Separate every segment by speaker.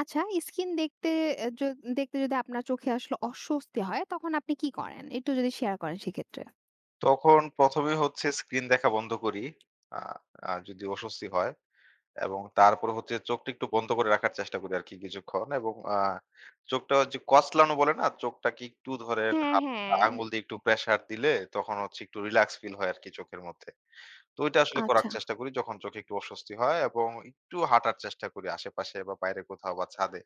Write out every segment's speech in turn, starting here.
Speaker 1: আচ্ছা, স্কিন দেখতে এ য দেখতে যদি আপনার চোখে আসলে অস্বস্তি হয়, তখন আপনি কি করেন? একটু যদি শেয়ার করেন সেক্ষেত্রে।
Speaker 2: তখন ১ম এ হচ্ছে স্ক্রিন দেখা বন্ধ করি। আ আ যদি অস্বস্তি হয়, এবং তারপরে হচ্ছে চোখটা একটু বন্ধ করে রাখার চেষ্টা করি আরকি কিছুক্ষণ। এবং চোখটা যে কচলানো বলে না? চোখটাকে একটু ধরেন,
Speaker 1: হ্যাঁ,
Speaker 2: হালকা
Speaker 1: হ্যাঁ।
Speaker 2: আঙ্গুল দিয়ে একটু প্রেশার দিলে তখন হচ্ছে একটু রিল্যাক্স ফিল হয় আরকি চোখের মধ্যে। তো ওইটা আসলে করার
Speaker 1: আচ্ছা,
Speaker 2: চেষ্টা করি যখন চোখে একটু অস্বস্তি হয়, এবং একটু হাঁটার চেষ্টা করি আশেপাশে বা বাইরে কোথাও বা ছাদে।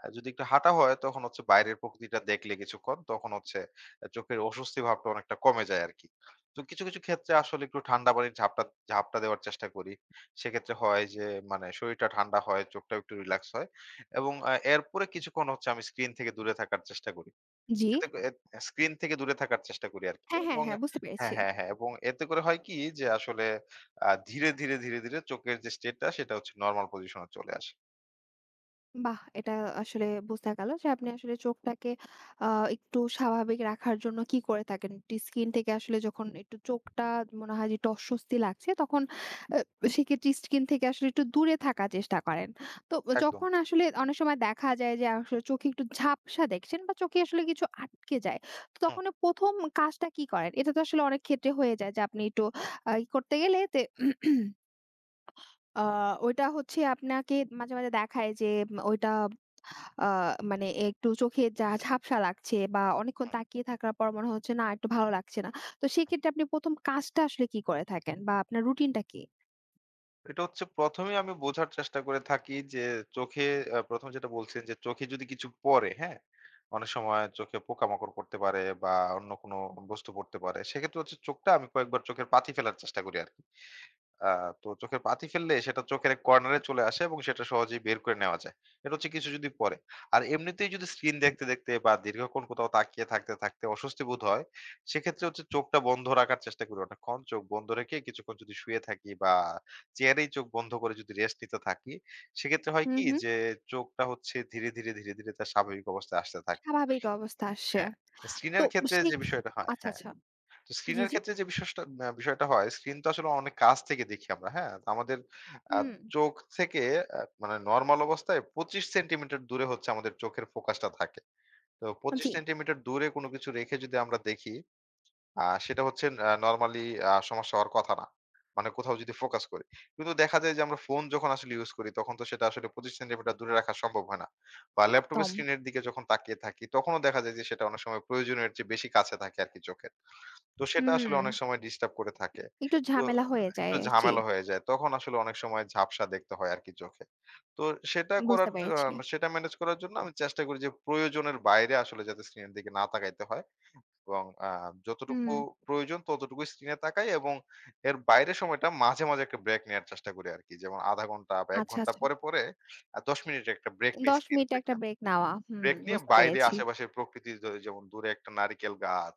Speaker 2: যদি একটু হাঁটা হয়, তখন হচ্ছে বাইরের প্রকৃতিটা দেখলে কিছুক্ষণ, তখন হচ্ছে চোখের অস্বস্তি ভাবটা অনেকটা কমে যায় আরকি। তো কিছু, কিছু ক্ষেত্রে আসলে একটু ঠান্ডা পানির ঝাপটা ঝাপটা দেওয়ার চেষ্টা করি। সেক্ষেত্রে হয় যে, মানে শরীরটা ঠান্ডা হয়, চোখটাও একটু রিল্যাক্স হয়, এবং এরপরে কিছুক্ষণ হচ্ছে আমি স্ক্রিন থেকে দূরে থাকার চেষ্টা করি।
Speaker 1: জি।
Speaker 2: এতে ক এত স্ক্রিন থেকে দূরে থাকার চেষ্টা করি আরকি।
Speaker 1: হ্যাঁ, হ্যাঁ,
Speaker 2: এবং
Speaker 1: হ্যাঁ, বুঝতে
Speaker 2: হ্যাঁ,
Speaker 1: পেরেছি।
Speaker 2: হ্যাঁ, হ্যাঁ, এবং এতে করে হয় কি যে আসলে ধীরে, ধীরে, ধীরে, ধীরে চোখের যে স্টেটটা সেটা হচ্ছে নরমাল পজিশনে চলে আসে।
Speaker 1: বাহ! এটা আসলে বোঝা গেল যে আপনি আসলে চোখটাকে আ একটু স্বাভাবিক রাখার জন্য কি করে থাকেন? একটু স্ক্রিন থেকে আসলে যখন একটু চোখটা মনে হয় যে একটু অস্বস্তি লাগছে তখন আ সেক্ষেত্রে স্ক্রিন থেকে আসলে একটু দূরে থাকার চেষ্টা করেন। তো
Speaker 2: একদম।
Speaker 1: যখন আসলে অনেক সময় দেখা যায় যে আসলে চোখে একটু ঝাপসা দেখছেন বা চোখে আসলে কিছু আটকে যায়। তো
Speaker 2: হুম, হুম।
Speaker 1: তখন ১ম কাজটা কি করেন? এটা তো আসলে অনেক ক্ষেত্রে হয়ে যায় যে আপনি একটু আ ই করতে গেলে তে আ ওইটা হচ্ছে আপনাকে মাঝে, মাঝে দেখায় যে ওইটা আ মানে একটু চোখে যা ঝাপসা লাগছে বা অনেকক্ষণ তাকিয়ে থাকার পর মনে হচ্ছে না একটু ভালো লাগছে না। তো সেক্ষেত্রে আপনি ১ম কাজটা আসলে কি করে থাকেন বা আপনার রুটিনটা কি?
Speaker 2: এটা হচ্ছে ১ম এই আমি বোঝার চেষ্টা করে থাকি যে চোখে ১ম যেটা বলছিলেন যে চোখে যদি কিছু পড়ে, হ্যাঁ? অনেক সময় চোখে পোকামাকড় পড়তে পারে, বা অন্য কোনো বস্তু পড়তে পারে। সেক্ষেত্রে হচ্ছে চোখটা আমি কয়েকবার চোখের পাতি ফেলার চেষ্টা করি আরকি। আ তো চোখের পাতি ফেললে সেটা চোখের এক কর্নারে চলে আসে, এবং সেটা সহজেই বের করে নেওয়া যায়। এটা হচ্ছে কিছু যদি পরে। আর এমনিতেই যদি স্ক্রিন দেখতে, দেখতে বা দীর্ঘক্ষণ কোথাও তাকিয়ে থাকতে, থাকতে অস্বস্তি বোধ হয়, সেক্ষেত্রে হচ্ছে চোখটা বন্ধ রাখার চেষ্টা করি অনেকক্ষণ। চোখ বন্ধ রেখে কিছুক্ষণ যদি শুয়ে থাকি, বা চেয়ারেই চোখ বন্ধ করে যদি রেস্ট নিতে থাকি, সেক্ষেত্রে হয়
Speaker 1: হুম,
Speaker 2: কি
Speaker 1: হুম।
Speaker 2: যে, চোখটা হচ্ছে ধীরে, ধীরে, ধীরে, ধীরে তার স্বাভাবিক অবস্থায় আসতে থাকে।
Speaker 1: স্বাভাবিক অবস্থা আসছে।
Speaker 2: হ্যাঁ।
Speaker 1: তো
Speaker 2: স্ক্রিনের ক্ষেত্রে যে
Speaker 1: সেখ
Speaker 2: বিষয়টা হয়।
Speaker 1: আচ্ছা,
Speaker 2: হ্যাঁ।
Speaker 1: আচ্ছা।
Speaker 2: তো
Speaker 1: জি,
Speaker 2: স্ক্রিনের
Speaker 1: জি।
Speaker 2: ক্ষেত্রে যে বিশেষটা আ বিষয়টা হয়, স্ক্রিন তো আসলে অনেক কাছ থেকে দেখি আমরা, হ্যাঁ? আমাদের আ
Speaker 1: হুম।
Speaker 2: চোখ থেকে মানে নরমাল অবস্থায় ২৫ সেন্টিমিটার দূরে হচ্ছে আমাদের চোখের ফোকাসটা থাকে। তো ২৫
Speaker 1: জি,
Speaker 2: সেন্টিমিটার দূরে কোনো কিছু রেখে যদি আমরা দেখি, সেটা হচ্ছে নরমালি সমস্যা হওয়ার কথা না। মানে কোথাও যদি ফোকাস করি। কিন্তু দেখা যায় যে আমরা ফোন যখন আসলে ইউজ করি, তখন তো সেটা আসলে ২৫ সেন্টিমিটার দূরে রাখা সম্ভব হয় না। বা ল্যাপটপের
Speaker 1: একদম।
Speaker 2: স্ক্রিনের দিকে যখন তাকিয়ে থাকি, তখনও দেখা যায় যে সেটা অনেক সময় প্রয়োজনের চেয়ে বেশি কাছে থাকে আরকি চোখের। তো সেটা
Speaker 1: হুম,
Speaker 2: আসলে অনেক সময় ডিস্টার্ব করে থাকে।
Speaker 1: একটু
Speaker 2: তো
Speaker 1: ঝামেলা হয়ে
Speaker 2: একটু
Speaker 1: যায়। জি,
Speaker 2: ঝামেলা হয়ে যায়। তখন আসলে অনেক সময় ঝাপসা দেখতে হয় আরকি চোখে। তো সেটা
Speaker 1: বুঝতে
Speaker 2: করার জ আ
Speaker 1: পেরেছি।
Speaker 2: সেটা ম্যানেজ করার জন্য আমি চেষ্টা করি যে প্রয়োজনের বাইরে আসলে যাতে স্ক্রিনের দিকে না তাকাইতে হয়, এবং যতটুকু
Speaker 1: হুম।
Speaker 2: প্রয়োজন ততটুকুই স্ক্রিনে তাকাই, এবং এর বাইরের সময়টা মাঝে, মাঝে একটা ব্রেক নেয়ার চেষ্টা করি আরকি। যেমন ০.৫ ঘন্টা বা ১
Speaker 1: আচ্ছা,
Speaker 2: ঘন্টা
Speaker 1: আচ্ছা।
Speaker 2: পরে, পরে ১০ মিনিটের একটা ব্রেক নেই
Speaker 1: ১০
Speaker 2: স্ক্রিন
Speaker 1: মিনিট
Speaker 2: থেকে।
Speaker 1: একটা ব্রেক নেওয়া। হুম,
Speaker 2: ব্রেক নিয়ে
Speaker 1: বুঝতে
Speaker 2: বাইরে
Speaker 1: পেরেছি।
Speaker 2: আশেপাশের প্রকৃতির যেমন দূরে একটা নারিকেল গাছ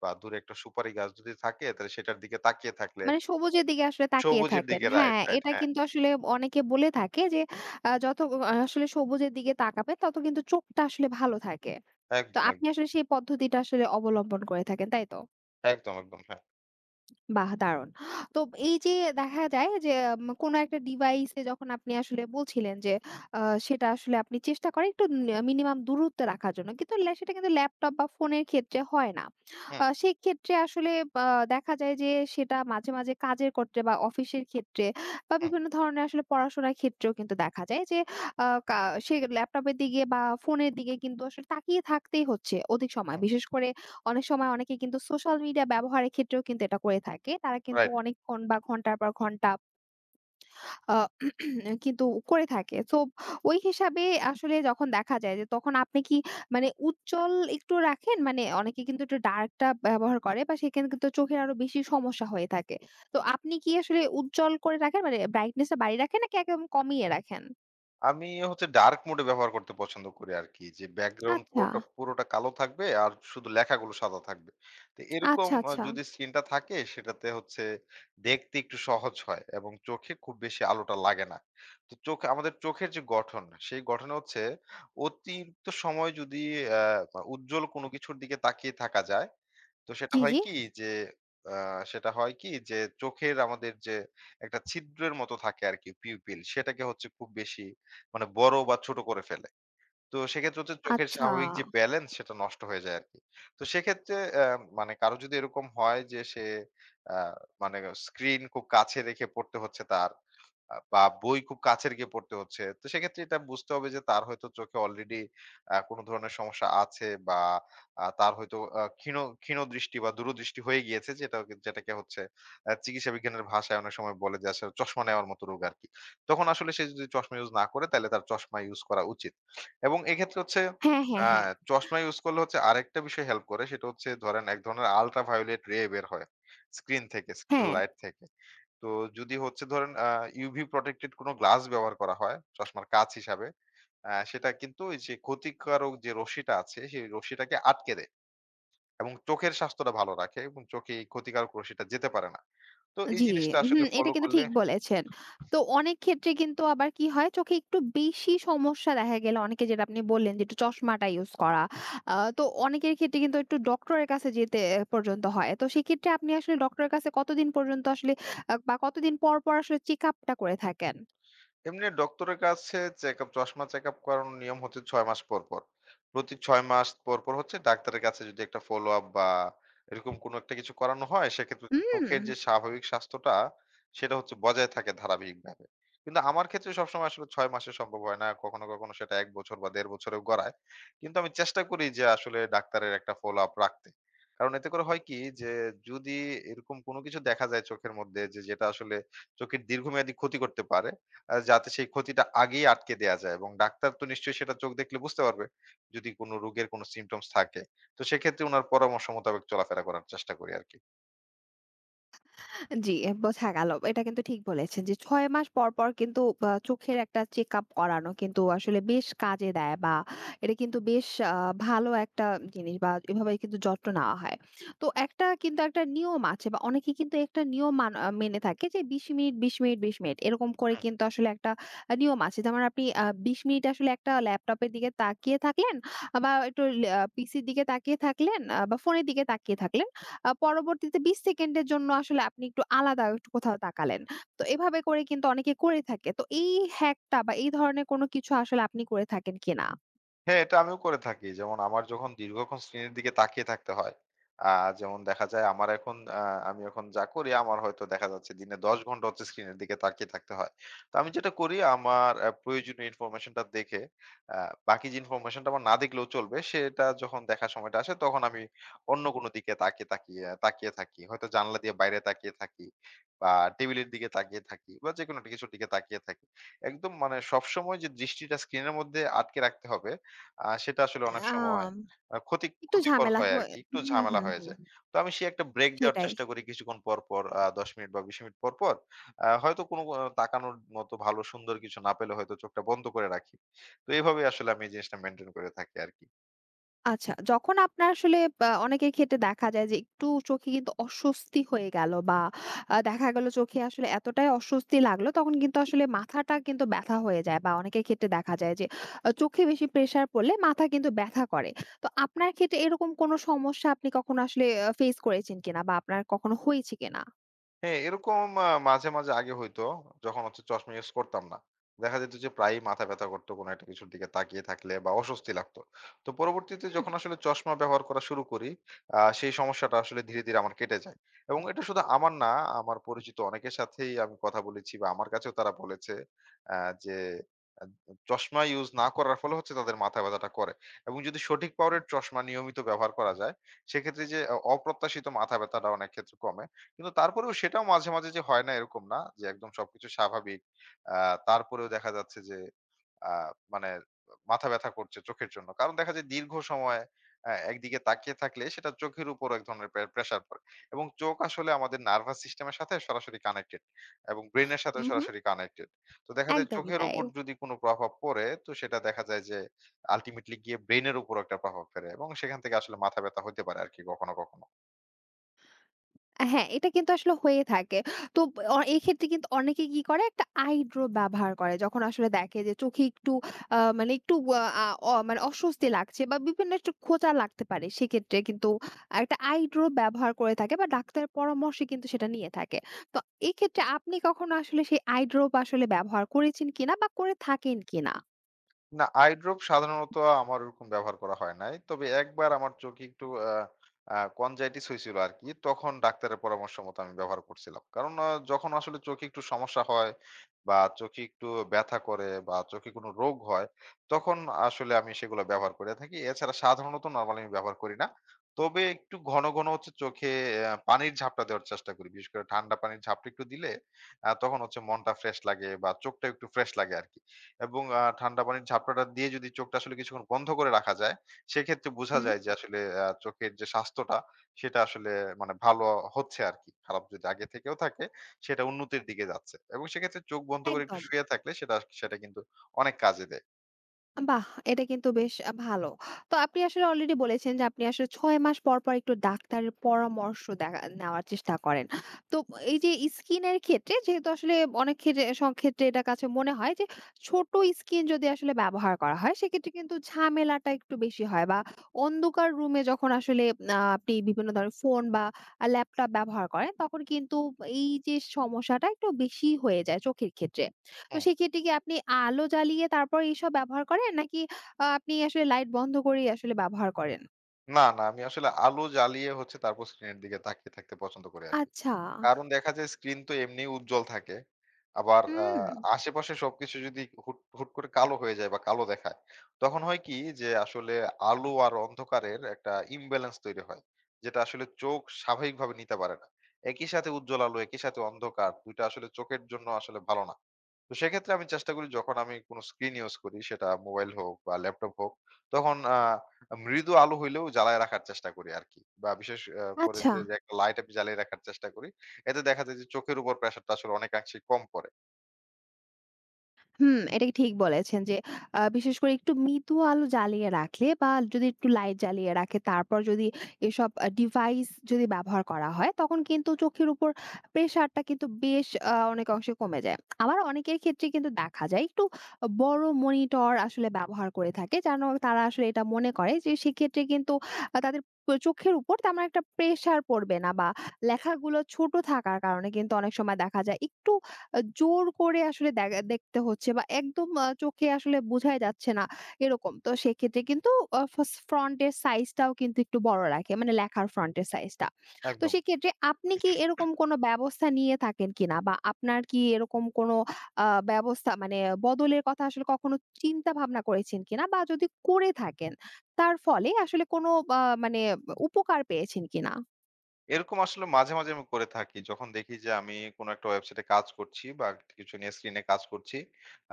Speaker 2: বা দূরে একটা সুপারি গাছ যদি থাকে, তাহলে সেটার দিকে তাকিয়ে থাকলে,
Speaker 1: মানে সবুজের দিকে আসলে তাকিয়ে
Speaker 2: সবুজের
Speaker 1: থাকেন।
Speaker 2: দিকে। রাইট,
Speaker 1: হ্যাঁ,
Speaker 2: রাইট।
Speaker 1: এটা
Speaker 2: হ্যাঁ,
Speaker 1: কিন্তু আসলে অনেকে বলে থাকে যে আ যত আ আসলে সবুজের দিকে তাকাবেন তত কিন্তু চোখটা আসলে ভালো থাকে। তো
Speaker 2: একদম,
Speaker 1: আপনি আসলে সেই পদ্ধতিটা আসলে অবলম্বন করে থাকেন, তাই তো?
Speaker 2: একদম, একদম, একদম। হ্যাঁ।
Speaker 1: বাহ! দারুণ। তো এই যে দেখা যায় যে কোনো একটা ডিভাইসে যখন আপনি আসলে বলছিলেন যে আ সেটা আসলে আপনি চেষ্টা করেন একটু মিনিমাম দূরত্বে রাখার জন্য। কিন্তু সেটা কিন্তু ল্যাপটপ বা ফোনের ক্ষেত্রে হয় না।
Speaker 2: হুম,
Speaker 1: সেক্ষেত্রে আসলে বা দেখা যায় যে সেটা মাঝে, মাঝে কাজের ক্ষেত্রে বা অফিসের ক্ষেত্রে বা
Speaker 2: হুম,
Speaker 1: বিভিন্ন ধরনের আসলে পড়াশোনার ক্ষেত্রেও কিন্তু দেখা যায় যে আ কা সে ল্যাপটপের দিকে বা ফোনের দিকে কিন্তু আসলে তাকিয়ে থাকতেই হচ্ছে অধিক সময়।
Speaker 2: হুম।
Speaker 1: বিশেষ করে অনেক সময় অনেকে কিন্তু সোশ্যাল মিডিয়া ব্যবহারের ক্ষেত্রেও কিন্তু এটা করে থাকে। তারা কিন্তু
Speaker 2: রাইট।
Speaker 1: অনেকক্ষণ বা ঘন্টার পর ঘন্টা আ কিন্তু করে থাকে। সো ওই হিসাবে আসলে যখন দেখা যায় যে তখন আপনি কি মানে উজ্জ্বল একটু রাখেন? মানে অনেকে কিন্তু একটু ডার্ক টা ব্যবহার করে বা সেখানে কিন্তু চোখের আরো বেশি সমস্যা হয়ে থাকে। তো আপনি কি আসলে উজ্জ্বল করে রাখেন? মানে ব্রাইটনেস টা বাড়িয়ে রাখেন নাকি একদম কমিয়ে রাখেন?
Speaker 2: আমি হচ্ছে ডার্ক মোড এ ব্যবহার করতে পছন্দ করি আরকি। যে ব্যাকগ্রাউন্ড
Speaker 1: আচ্ছা,
Speaker 2: পুরোটা পুরোটা কালো থাকবে, আর শুধু লেখাগুলো সাদা থাকবে। তো এরকম
Speaker 1: আচ্ছা, আচ্ছা।
Speaker 2: যদি স্ক্রিনটা থাকে সেটাতে হচ্ছে দেখতে একটু সহজ হয়, এবং চোখে খুব বেশি আলোটা লাগে না। তো আমাদের চোখের যে গঠন, সেই গঠনে হচ্ছে অতিরিক্ত সময় যদি উজ্জ্বল কোনো কিছুর দিকে তাকিয়ে থাকা যায়, তো সেটা
Speaker 1: জি,
Speaker 2: হয়
Speaker 1: জি।
Speaker 2: কি যে, আ সেটা হয় কি যে চোখের, আমাদের যে একটা ছিদ্রের মতো থাকে আরকি, পিউপিল, সেটাকে হচ্ছে খুব বেশি মানে বড় বা ছোট করে ফেলে। তো সেক্ষেত্রে হচ্ছে চোখের
Speaker 1: আচ্ছা।
Speaker 2: স্বাভাবিক যে ব্যালেন্স, সেটা নষ্ট হয়ে যায় আরকি। তো সেক্ষেত্রে মানে কারো যদি এরকম হয় যে সে আ মানে স্ক্রিন খুব কাছে রেখে পড়তে হচ্ছে তার, বা বই খুব কাছের গিয়ে পড়তে হচ্ছে। তো সেক্ষেত্রে এটা বুঝতে হবে যে তার হয়তো চোখে অলরেডি কোনো ধরনের সমস্যা আছে, বা তার হয়তো ক্ষীণ ক্ষীণ দৃষ্টি বা দূরদৃষ্টি হয়ে গিয়েছে, যেটা হচ্ছে চিকিৎসা বিজ্ঞানের ভাষায় অনেক সময় বলে যে আসলে চশমা নেওয়ার মতো রোগ আরকি। তখন আসলে সে যদি চশমা ইউজ না করে, তাহলে তার চশমা ইউজ করা উচিত। এবং এক্ষেত্রে হচ্ছে
Speaker 1: হ্যাঁ,
Speaker 2: আ
Speaker 1: হ্যাঁ, হ্যাঁ।
Speaker 2: চশমা ইউজ করলে হচ্ছে আরেকটা বিষয় হেল্প করে, সেটা হচ্ছে, ধরেন এক ধরনের আল্ট্রা ভায়োলেট রে বের হয় স্ক্রিন থেকে, স্ক্রিন
Speaker 1: হ্যাঁ।
Speaker 2: লাইট থেকে। তো যদি হচ্ছে ধরেন UV প্রটেক্টেড কোনো গ্লাস ব্যবহার করা হয় চশমার কাঁচ হিসাবে, সেটা কিন্তু ওই যে ক্ষতিকারক যে রশ্মিটা আছে, সেই রশ্মিটাকে আটকে দেয়, এবং চোখের স্বাস্থ্যটা ভালো রাখে, এবং চোখে এই ক্ষতিকারক রশ্মিটা যেতে পারে না। তো এই
Speaker 1: জি,
Speaker 2: জিনিসটা আসলে
Speaker 1: হুম, এটা
Speaker 2: ফলো
Speaker 1: কিন্তু
Speaker 2: করলে,
Speaker 1: ঠিক বলেছেন। তো অনেক ক্ষেত্রে কিন্তু আবার কি হয় চোখে একটু বেশি সমস্যা দেখা গেলে অনেকে যেটা আপনি বললেন যে একটু চশমাটা ইউজ করা। তো অনেকের ক্ষেত্রে কিন্তু একটু ডক্টরের কাছে যেতে পর্যন্ত হয়। তো সেক্ষেত্রে আপনি আসলে ডক্টরের কাছে কতদিন পর্যন্ত আসলে বা কতদিন পর, পর আসলে চেক আপটা করে থাকেন?
Speaker 2: এমনি ডক্টরের কাছে চেকআপ, চশমা চেকআপ করানোর নিয়ম হচ্ছে ৬ মাস পর, পর। প্রতি ৬ মাস পর, পর হচ্ছে ডাক্তারের কাছে যদি একটা ফলো আপ বা এরকম কোনো একটা কিছু করানো হয়, সেক্ষেত্রে হচ্ছে
Speaker 1: হুম।
Speaker 2: চোখের যে স্বাভাবিক স্বাস্থ্যটা, সেটা হচ্ছে বজায় থাকে ধারাবাহিকভাবে। কিন্তু আমার ক্ষেত্রে সবসময় আসলে ৬ মাসে সম্ভব হয় না। কখনো, কখনো সেটা ১ বছর বা ১.৫ বছরেও গড়ায়। কিন্তু আমি চেষ্টা করি যে আসলে ডাক্তারের একটা ফলো আপ রাখতে। কারণ এতে করে হয় কি যে, যদি এরকম কোনো কিছু দেখা যায় চোখের মধ্যে, যে, যেটা আসলে চোখের দীর্ঘমেয়াদী ক্ষতি করতে পারে, যাতে সেই ক্ষতিটা আগেই আটকে দেয়া যায়, এবং ডাক্তার তো নিশ্চয়ই সেটা চোখ দেখলে বুঝতে পারবে যদি কোনো রোগের কোনো সিম্পটমস থাকে। তো সেক্ষেত্রে উনার পরামর্শ মোতাবেক চলাফেরা করার চেষ্টা করি আরকি।
Speaker 1: জি, বোঝা গেল। এটা কিন্তু ঠিক বলেছেন যে ৬ মাস পর, পর কিন্তু চোখের একটা চেকআপ করানো কিন্তু আসলে বেশ কাজে দেয় বা এটা কিন্তু বেশ আ ভালো একটা জিনিস বা এভাবে কিন্তু যত্ন নেওয়া হয়। তো একটা কিন্তু একটা নিয়ম আছে বা অনেকে কিন্তু একটা নিয়ম মান আ মেনে থাকে যে ২০ মিনিট, ২০ মিনিট, ২০ মিনিট এরকম করে কিন্তু আসলে একটা নিয়ম আছে। যেমন আপনি ২০ মিনিট আসলে একটা ল্যাপটপের দিকে তাকিয়ে থাকলেন বা একটু লে আ পিসির দিকে তাকিয়ে থাকলেন বা ফোনের দিকে তাকিয়ে থাকলেন। পরবর্তীতে ২০ সেকেন্ডের জন্য আসলে আপনি একটু আলাদা একটু কোথাও তাকালেন। তো এভাবে করে কিন্তু অনেকে করে থাকে। তো এই হ্যাকটা বা এই ধরনের কোনো কিছু আসলে আপনি করে থাকেন কিনা?
Speaker 2: হ্যাঁ, এটা আমিও করে থাকি। যেমন আমার যখন দীর্ঘক্ষণ স্ক্রিনের দিকে তাকিয়ে থাকতে হয়, আ যেমন দেখা যায় আমার এখন আমি এখন যা করি, আমার হয়তো দেখা যাচ্ছে দিনে ১০ ঘন্টা হচ্ছে স্ক্রিনের দিকে তাকিয়ে থাকতে হয়। তো আমি যেটা করি, আমার প্রয়োজনীয় ইনফরমেশনটা দেখে, আ বাকি যে ইনফরমেশনটা আমার না দেখলেও চলবে, সেটা যখন দেখার সময়টা আসে তখন আমি অন্য কোনো দিকে তাকিয়ে, তাকিয়ে তাকিয়ে থাকি। হয়তো জানালা দিয়ে বাইরে তাকিয়ে থাকি, বা টেবিলের দিকে তাকিয়ে থাকি, বা যেকোনো একটা কিছুর দিকে তাকিয়ে থাকি। একদম মানে সবসময় যে দৃষ্টিটা স্ক্রিনের মধ্যে আটকে রাখতে হবে, সেটা আসলে অনেক সময়
Speaker 1: আম
Speaker 2: আ ক্ষতি
Speaker 1: একটু
Speaker 2: ক্ষতিকর
Speaker 1: ঝামেলা
Speaker 2: হয়
Speaker 1: হয়ে
Speaker 2: আরকি। একটু
Speaker 1: হুম, হুম,
Speaker 2: ঝামেলা
Speaker 1: হুম,
Speaker 2: হয়ে
Speaker 1: হুম।
Speaker 2: যায়। তো আমি সেই একটা ব্রেক দেওয়ার
Speaker 1: সেটাই।
Speaker 2: চেষ্টা করি কিছুক্ষণ পরপর, ১০ মিনিট বা ২০ মিনিট পরপর। হয়তো কোনো তাকানোর মতো ভালো সুন্দর কিছু না পেলে, হয়তো চোখটা বন্ধ করে রাখি। তো এভাবেই আসলে আমি এই জিনিসটা মেইনটেইন করে থাকি আরকি।
Speaker 1: আচ্ছা, যখন আপনার আসলে বা অনেকের ক্ষেত্রে দেখা যায় যে একটু চোখে কিন্তু অস্বস্তি হয়ে গেল বা দেখা গেল চোখে আসলে এতটাই অস্বস্তি লাগলো তখন কিন্তু আসলে মাথাটা কিন্তু ব্যথা হয়ে যায় বা অনেকের ক্ষেত্রে দেখা যায় যে চোখে বেশি প্রেশার পড়লে মাথা কিন্তু ব্যথা করে। তো আপনার ক্ষেত্রে এরকম কোনো সমস্যা আপনি কখনো আসলে ফেস করেছেন কিনা বা আপনার কখনো হয়েছে কিনা?
Speaker 2: হ্যাঁ, এরকম মাঝে, মাঝে আগে হইতো যখন হচ্ছে চশমা ইউজ করতাম না। দেখা যেত যে প্রায়ই মাথা ব্যথা করতো কোনো একটা কিছুর দিকে তাকিয়ে থাকলে, বা অস্বস্তি লাগতো। তো পরবর্তীতে
Speaker 1: হুম,
Speaker 2: যখন আসলে চশমা ব্যবহার করা শুরু করি, সেই সমস্যাটা আসলে ধীরে, ধীরে আমার কেটে যায়। এবং এটা শুধু আমার না, আমার পরিচিত অনেকের সাথেই আমি কথা বলেছি, বা আমার কাছেও তারা বলেছে আ যে আ চশমা ইউজ না করার ফলে হচ্ছে তাদের মাথা ব্যথাটা করে। এবং যদি সঠিক পাওয়ারের চশমা নিয়মিত ব্যবহার করা যায়, সেক্ষেত্রে যে অপ্রত্যাশিত মাথা ব্যথাটা অনেক ক্ষেত্রে কমে। কিন্তু তারপরেও সেটাও মাঝে, মাঝে যে হয় না, এরকম না যে একদম সবকিছু স্বাভাবিক। আ তারপরেও দেখা যাচ্ছে যে আ মানে মাথা ব্যাথা করছে চোখের জন্য। কারণ দেখা যায় দীর্ঘ সময় একদিকে তাকিয়ে থাকলে সেটা চোখের উপর এক ধরনের প্রেশার পড়ে। এবং চোখ আসলে আমাদের নার্ভাস সিস্টেমের সাথে সরাসরি কানেক্টেড, এবং ব্রেইনের সাথেও
Speaker 1: উহু,
Speaker 2: সরাসরি কানেক্টেড। তো দেখা যায়
Speaker 1: একদমই
Speaker 2: চোখের
Speaker 1: তাই।
Speaker 2: উপর যদি কোনো প্রভাব পড়ে, তো সেটা দেখা যায় যে আল্টিমেটলি গিয়ে ব্রেইনের উপর একটা প্রভাব ফেলে, এবং সেখান থেকে আসলে মাথা ব্যাথা হতে পারে আরকি কখনো, কখনো।
Speaker 1: হ্যাঁ, এটা কিন্তু আসলে হয়ে থাকে। তো এক্ষেত্রে কিন্তু অনেকে কি করে একটা আই ড্রপ ব্যবহার করে। যখন আসলে দেখে যে চোখে একটু মানে একটু আ আ অ মানে অস্বস্তি লাগছে বা বিভিন্ন একটু খোঁচা লাগতে পারে। সেক্ষেত্রে কিন্তু একটা আই ড্রপ ব্যবহার করে থাকে বা ডাক্তারের পরামর্শে কিন্তু সেটা নিয়ে থাকে। তো এক্ষেত্রে আপনি কখনো আসলে সেই আই ড্রপ আসলে ব্যবহার করেছেন কিনা বা করে থাকেন কিনা?
Speaker 2: না, আই ড্রপ সাধারণত আমার ওরকম ব্যবহার করা হয় নাই। তবে একবার আমার চোখে একটু আ আ কনজাইটিস হইছিল আরকি। তখন ডাক্তারের পরামর্শ মতো আমি ব্যবহার করছিলাম। কারণ যখন আসলে চোখে একটু সমস্যা হয়, বা চোখে একটু ব্যথা করে, বা চোখে কোনো রোগ হয়, তখন আসলে আমি সেগুলো ব্যবহার করে থাকি। এছাড়া সাধারণত নরমালি আমি ব্যবহার করি না। তবে একটু ঘন, ঘন হচ্ছে চোখে পানির ঝাপটা দেওয়ার চেষ্টা করি। বিশেষ করে ঠান্ডা পানির ঝাপটা একটু দিলে তখন হচ্ছে মনটা ফ্রেশ লাগে, বা চোখটা একটু ফ্রেশ লাগে আরকি। এবং ঠান্ডা পানির ঝাপটাটা দিয়ে যদি চোখটা আসলে কিছুক্ষণ বন্ধ করে রাখা যায়, সেক্ষেত্রে বোঝা
Speaker 1: হুম,
Speaker 2: যায় যে আসলে চোখের যে স্বাস্থ্যটা, সেটা আসলে মানে ভালো হচ্ছে আরকি। খারাপ যদি আগে থেকেও থাকে, সেটা উন্নতির দিকে যাচ্ছে। এবং সেক্ষেত্রে চোখ বন্ধ করে একটু
Speaker 1: একদম।
Speaker 2: শুয়ে থাকলে সেটা সেটা কিন্তু অনেক কাজে দেয়।
Speaker 1: বাহ! এটা কিন্তু বেশ ভালো। তো আপনি আসলে অলরেডি বলেছেন যে আপনি আসলে ৬ মাস পর, পর একটু ডাক্তারের পরামর্শ দেখা নেওয়ার চেষ্টা করেন। তো এই যে স্কিনের ক্ষেত্রে যেহেতু আসলে অনেক ক্ষেত্রে সব ক্ষেত্রে এটা কাছে মনে হয় যে ছোট স্কিন যদি আসলে ব্যবহার করা হয় সেক্ষেত্রে কিন্তু ঝামেলাটা একটু বেশি হয় বা অন্ধকার রুমে যখন আসলে আপনি বিভিন্ন ধরনের ফোন বা ল্যাপটপ ব্যবহার করেন তখন কিন্তু এই যে সমস্যাটা একটু বেশি হয়ে যায় চোখের ক্ষেত্রে। তো
Speaker 2: হুম।
Speaker 1: সেক্ষেত্রে কি আপনি আলো জ্বালিয়ে তারপর এইসব ব্যবহার করেন? নাকি আপনি আসলে লাইট বন্ধ করেই আসলে ব্যবহার করেন?
Speaker 2: না, না। আমি আসলে আলো জ্বালিয়ে হচ্ছে তারপর স্ক্রিনের দিকে তাকিয়ে থাকতে পছন্দ করি আরকি।
Speaker 1: আচ্ছা।
Speaker 2: কারণ দেখা যায় স্ক্রিন তো এমনি উজ্জ্বল থাকে। আবার
Speaker 1: হুম।
Speaker 2: আশেপাশে সবকিছু যদি হুট, হুট করে কালো হয়ে যায়, বা কালো দেখায়, তখন হয় কি যে আসলে আলো আর অন্ধকারের একটা imbalance তৈরি হয়, যেটা আসলে চোখ স্বাভাবিকভাবে নিতে পারে না। একই সাথে উজ্জ্বল আলো, একই সাথে অন্ধকার, ২ টা আসলে চোখের জন্য আসলে ভালো না। তো সেক্ষেত্রে আমি চেষ্টা করি, যখন আমি কোনো স্ক্রিন ইউজ করি, সেটা মোবাইল হোক বা ল্যাপটপ হোক, তখন মৃদু আলো হইলেও জ্বালায় রাখার চেষ্টা করি আর কি, বা বিশেষ করে
Speaker 1: আচ্ছা।
Speaker 2: যে যে একটা লাইট আমি জ্বালিয়ে রাখার চেষ্টা করি। এতে দেখা যায় যে চোখের উপর প্রেশারটা আসলে অনেকাংশে কম পড়ে।
Speaker 1: হুম, এটা ঠিক বলেছেন যে বিশেষ করে একটু মৃদু আলো জ্বালিয়ে রাখলে বা যদি একটু লাইট জ্বালিয়ে রাখে তারপর যদি এসব ডিভাইস যদি ব্যবহার করা হয় তখন কিন্তু চোখের উপর প্রেশারটা কিন্তু বেশ অনেক অংশে কমে যায়। আবার অনেকের ক্ষেত্রে কিন্তু দেখা যায় একটু বড় মনিটর আসলে ব্যবহার করে থাকে যেন তারা আসলে এটা মনে করে যে সেক্ষেত্রে কিন্তু তাদের চোখের উপর তেমন একটা প্রেশার পড়বে না বা লেখাগুলো ছোট থাকার কারণে কিন্তু অনেক সময় দেখা যায় একটু জোর করে আসলে দেখা দেখতে হচ্ছে বা একদম চোখে আসলে বোঝাই যাচ্ছে না এরকম। তো সেক্ষেত্রে কিন্তু আ ফাস ফন্ট এর সাইজটাও কিন্তু একটু বড় রাখে। মানে লেখার ফন্ট এর সাইজটা। তো
Speaker 2: একদম।
Speaker 1: সেক্ষেত্রে আপনি কি এরকম কোনো ব্যবস্থা নিয়ে থাকেন কিনা? বা আপনার কি এরকম কোনো ব্যবস্থা মানে বদলের কথা আসলে কখনো চিন্তা ভাবনা করেছেন কিনা? বা যদি করে থাকেন তার ফলে আসলে কোনো মানে উপকার পেয়েছেন কিনা?
Speaker 2: এরকম আসলে মাঝে, মাঝে আমি করে থাকি, যখন দেখি যে আমি কোনো একটা ওয়েবসাইটে কাজ করছি, বা কিছু নিয়ে স্ক্রিনে কাজ করছি।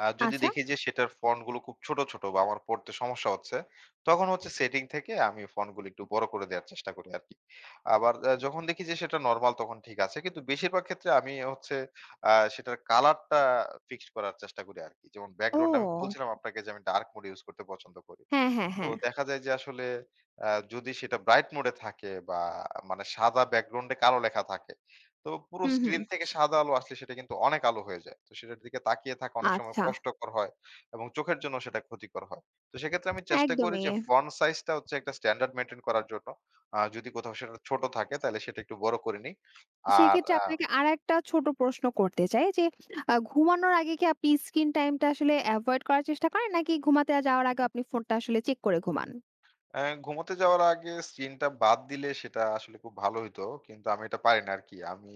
Speaker 2: যদি
Speaker 1: আচ্ছা।
Speaker 2: দেখি যে সেটার ফন্ট গুলো খুব ছোট, ছোট, বা আমার পড়তে সমস্যা হচ্ছে, তখন হচ্ছে সেটিং থেকে আমি ফন্ট গুলো একটু বড় করে দেওয়ার চেষ্টা করি আরকি। আবার যখন দেখি যে সেটা নরমাল, তখন ঠিক আছে। কিন্তু বেশিরভাগ ক্ষেত্রে আমি হচ্ছে সেটার কালারটা ফিক্সড করার চেষ্টা করি আরকি। যেমন ব্যাকগ্রাউন্ড, আমি
Speaker 1: ও!
Speaker 2: বলছিলাম আপনাকে যে আমি ডার্ক মোড ইউজ করতে পছন্দ করি।
Speaker 1: হ্যাঁ, হ্যাঁ,
Speaker 2: তো
Speaker 1: হ্যাঁ।
Speaker 2: দেখা যায় যে আসলে যদি সেটা ব্রাইট মোড এ থাকে, বা মানে সাদা ব্যাকগ্রাউন্ডে কালো লেখা থাকে, তো পুরো
Speaker 1: হুম, হুম।
Speaker 2: স্ক্রিন থেকে
Speaker 1: আচ্ছা।
Speaker 2: সাদা আলো, আসলে সেটা কিন্তু অনেক আলো হয়ে যায়। তো সেটার দিকে তাকিয়ে থাকা অনেক সময়
Speaker 1: আচ্ছা।
Speaker 2: কষ্টকর হয়, এবং চোখের জন্য সেটা ক্ষতিকর হয়। তো সেক্ষেত্রে আমি চেষ্টা করি
Speaker 1: একদমই।
Speaker 2: যে ফন্ট সাইজ টা হচ্ছে একটা স্ট্যান্ডার্ড মেইনটেইন করার জন্য। যদি কোথাও সেটা ছোট থাকে, তাহলে সেটা একটু বড় করে নিই। আর
Speaker 1: সেক্ষেত্রে
Speaker 2: আ
Speaker 1: আপনাকে আরেকটা ছোট প্রশ্ন করতে চাই যে, ঘুমানোর আগে কি আপনি স্ক্রিন টাইমটা আসলে এভয়েড করার চেষ্টা করেন? নাকি ঘুমাতে যাওয়ার আগে আপনি ফোনটা আসলে চেক করে ঘুমান?
Speaker 2: অ্যা ঘুমোতে যাওয়ার আগে স্ক্রিনটা বাদ দিলে সেটা আসলে খুব ভালো হইতো। কিন্তু আমি এটা পারি না আরকি। আমি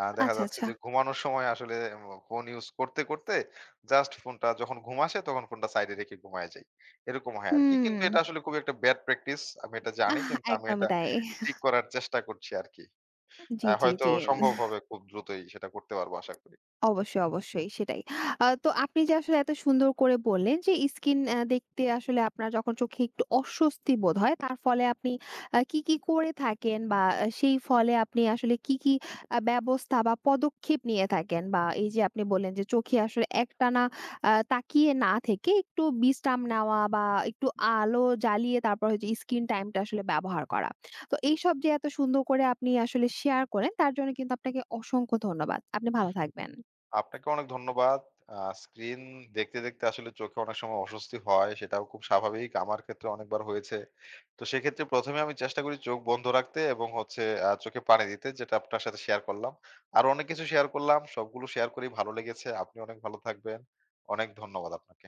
Speaker 2: দেখা
Speaker 1: আচ্ছা,
Speaker 2: যাচ্ছে
Speaker 1: আচ্ছা।
Speaker 2: যে ঘুমানোর সময় আসলে ফোন ইউজ করতে, করতে, জাস্ট ফোনটা যখন ঘুম আসে তখন ফোনটা সাইডে রেখে ঘুমায়ে যাই। এরকম হয় আরকি। কিন্তু
Speaker 1: হুম,
Speaker 2: এটা আসলে খুবই একটা ব্যাড প্র্যাকটিস। আমি এটা জানি,
Speaker 1: আহ!
Speaker 2: কিন্তু আমি
Speaker 1: একদমই
Speaker 2: এটা
Speaker 1: তাই।
Speaker 2: ঠিক করার চেষ্টা করছি আরকি।
Speaker 1: জি, জি,
Speaker 2: হয়তো
Speaker 1: জি।
Speaker 2: সম্ভব হবে খুব দ্রুতই, সেটা করতে পারবো আশা করি।
Speaker 1: অবশ্যই, অবশ্যই সেটাই। তো আপনি যে আসলে এত সুন্দর করে বললেন যে স্কিন দেখতে আসলে আপনার যখন চোখে একটু অস্বস্তি বোধ হয় তার ফলে আপনি কি, কি করে থাকেন বা সেই ফলে আপনি আসলে কি, কি ব্যবস্থা বা পদক্ষেপ নিয়ে থাকেন? বা এই যে আপনি বললেন যে চোখে আসলে একটানা তাকিয়ে না থেকে একটু বিশ্রাম নেওয়া বা একটু আলো জ্বালিয়ে তারপর হচ্ছে স্ক্রিন টাইমটা আসলে ব্যবহার করা। তো এইসব যে এত সুন্দর করে আপনি আসলে শেয়ার করেন তার জন্য কিন্তু আপনাকে অসংখ্য ধন্যবাদ। আপনি ভালো থাকবেন।
Speaker 2: আপনাকে অনেক ধন্যবাদ। স্ক্রিন দেখতে, দেখতে আসলে চোখে অনেক সময় অস্বস্তি হয়। সেটাও খুব স্বাভাবিক। আমার ক্ষেত্রে অনেকবার হয়েছে। তো সেক্ষেত্রে ১ম এ আমি চেষ্টা করি চোখ বন্ধ রাখতে, এবং হচ্ছে চোখে পানি দিতে, যেটা আপনার সাথে শেয়ার করলাম। আরো অনেক কিছু শেয়ার করলাম। সবগুলো শেয়ার করেই ভালো লেগেছে। আপনি অনেক ভালো থাকবেন। অনেক ধন্যবাদ আপনাকে।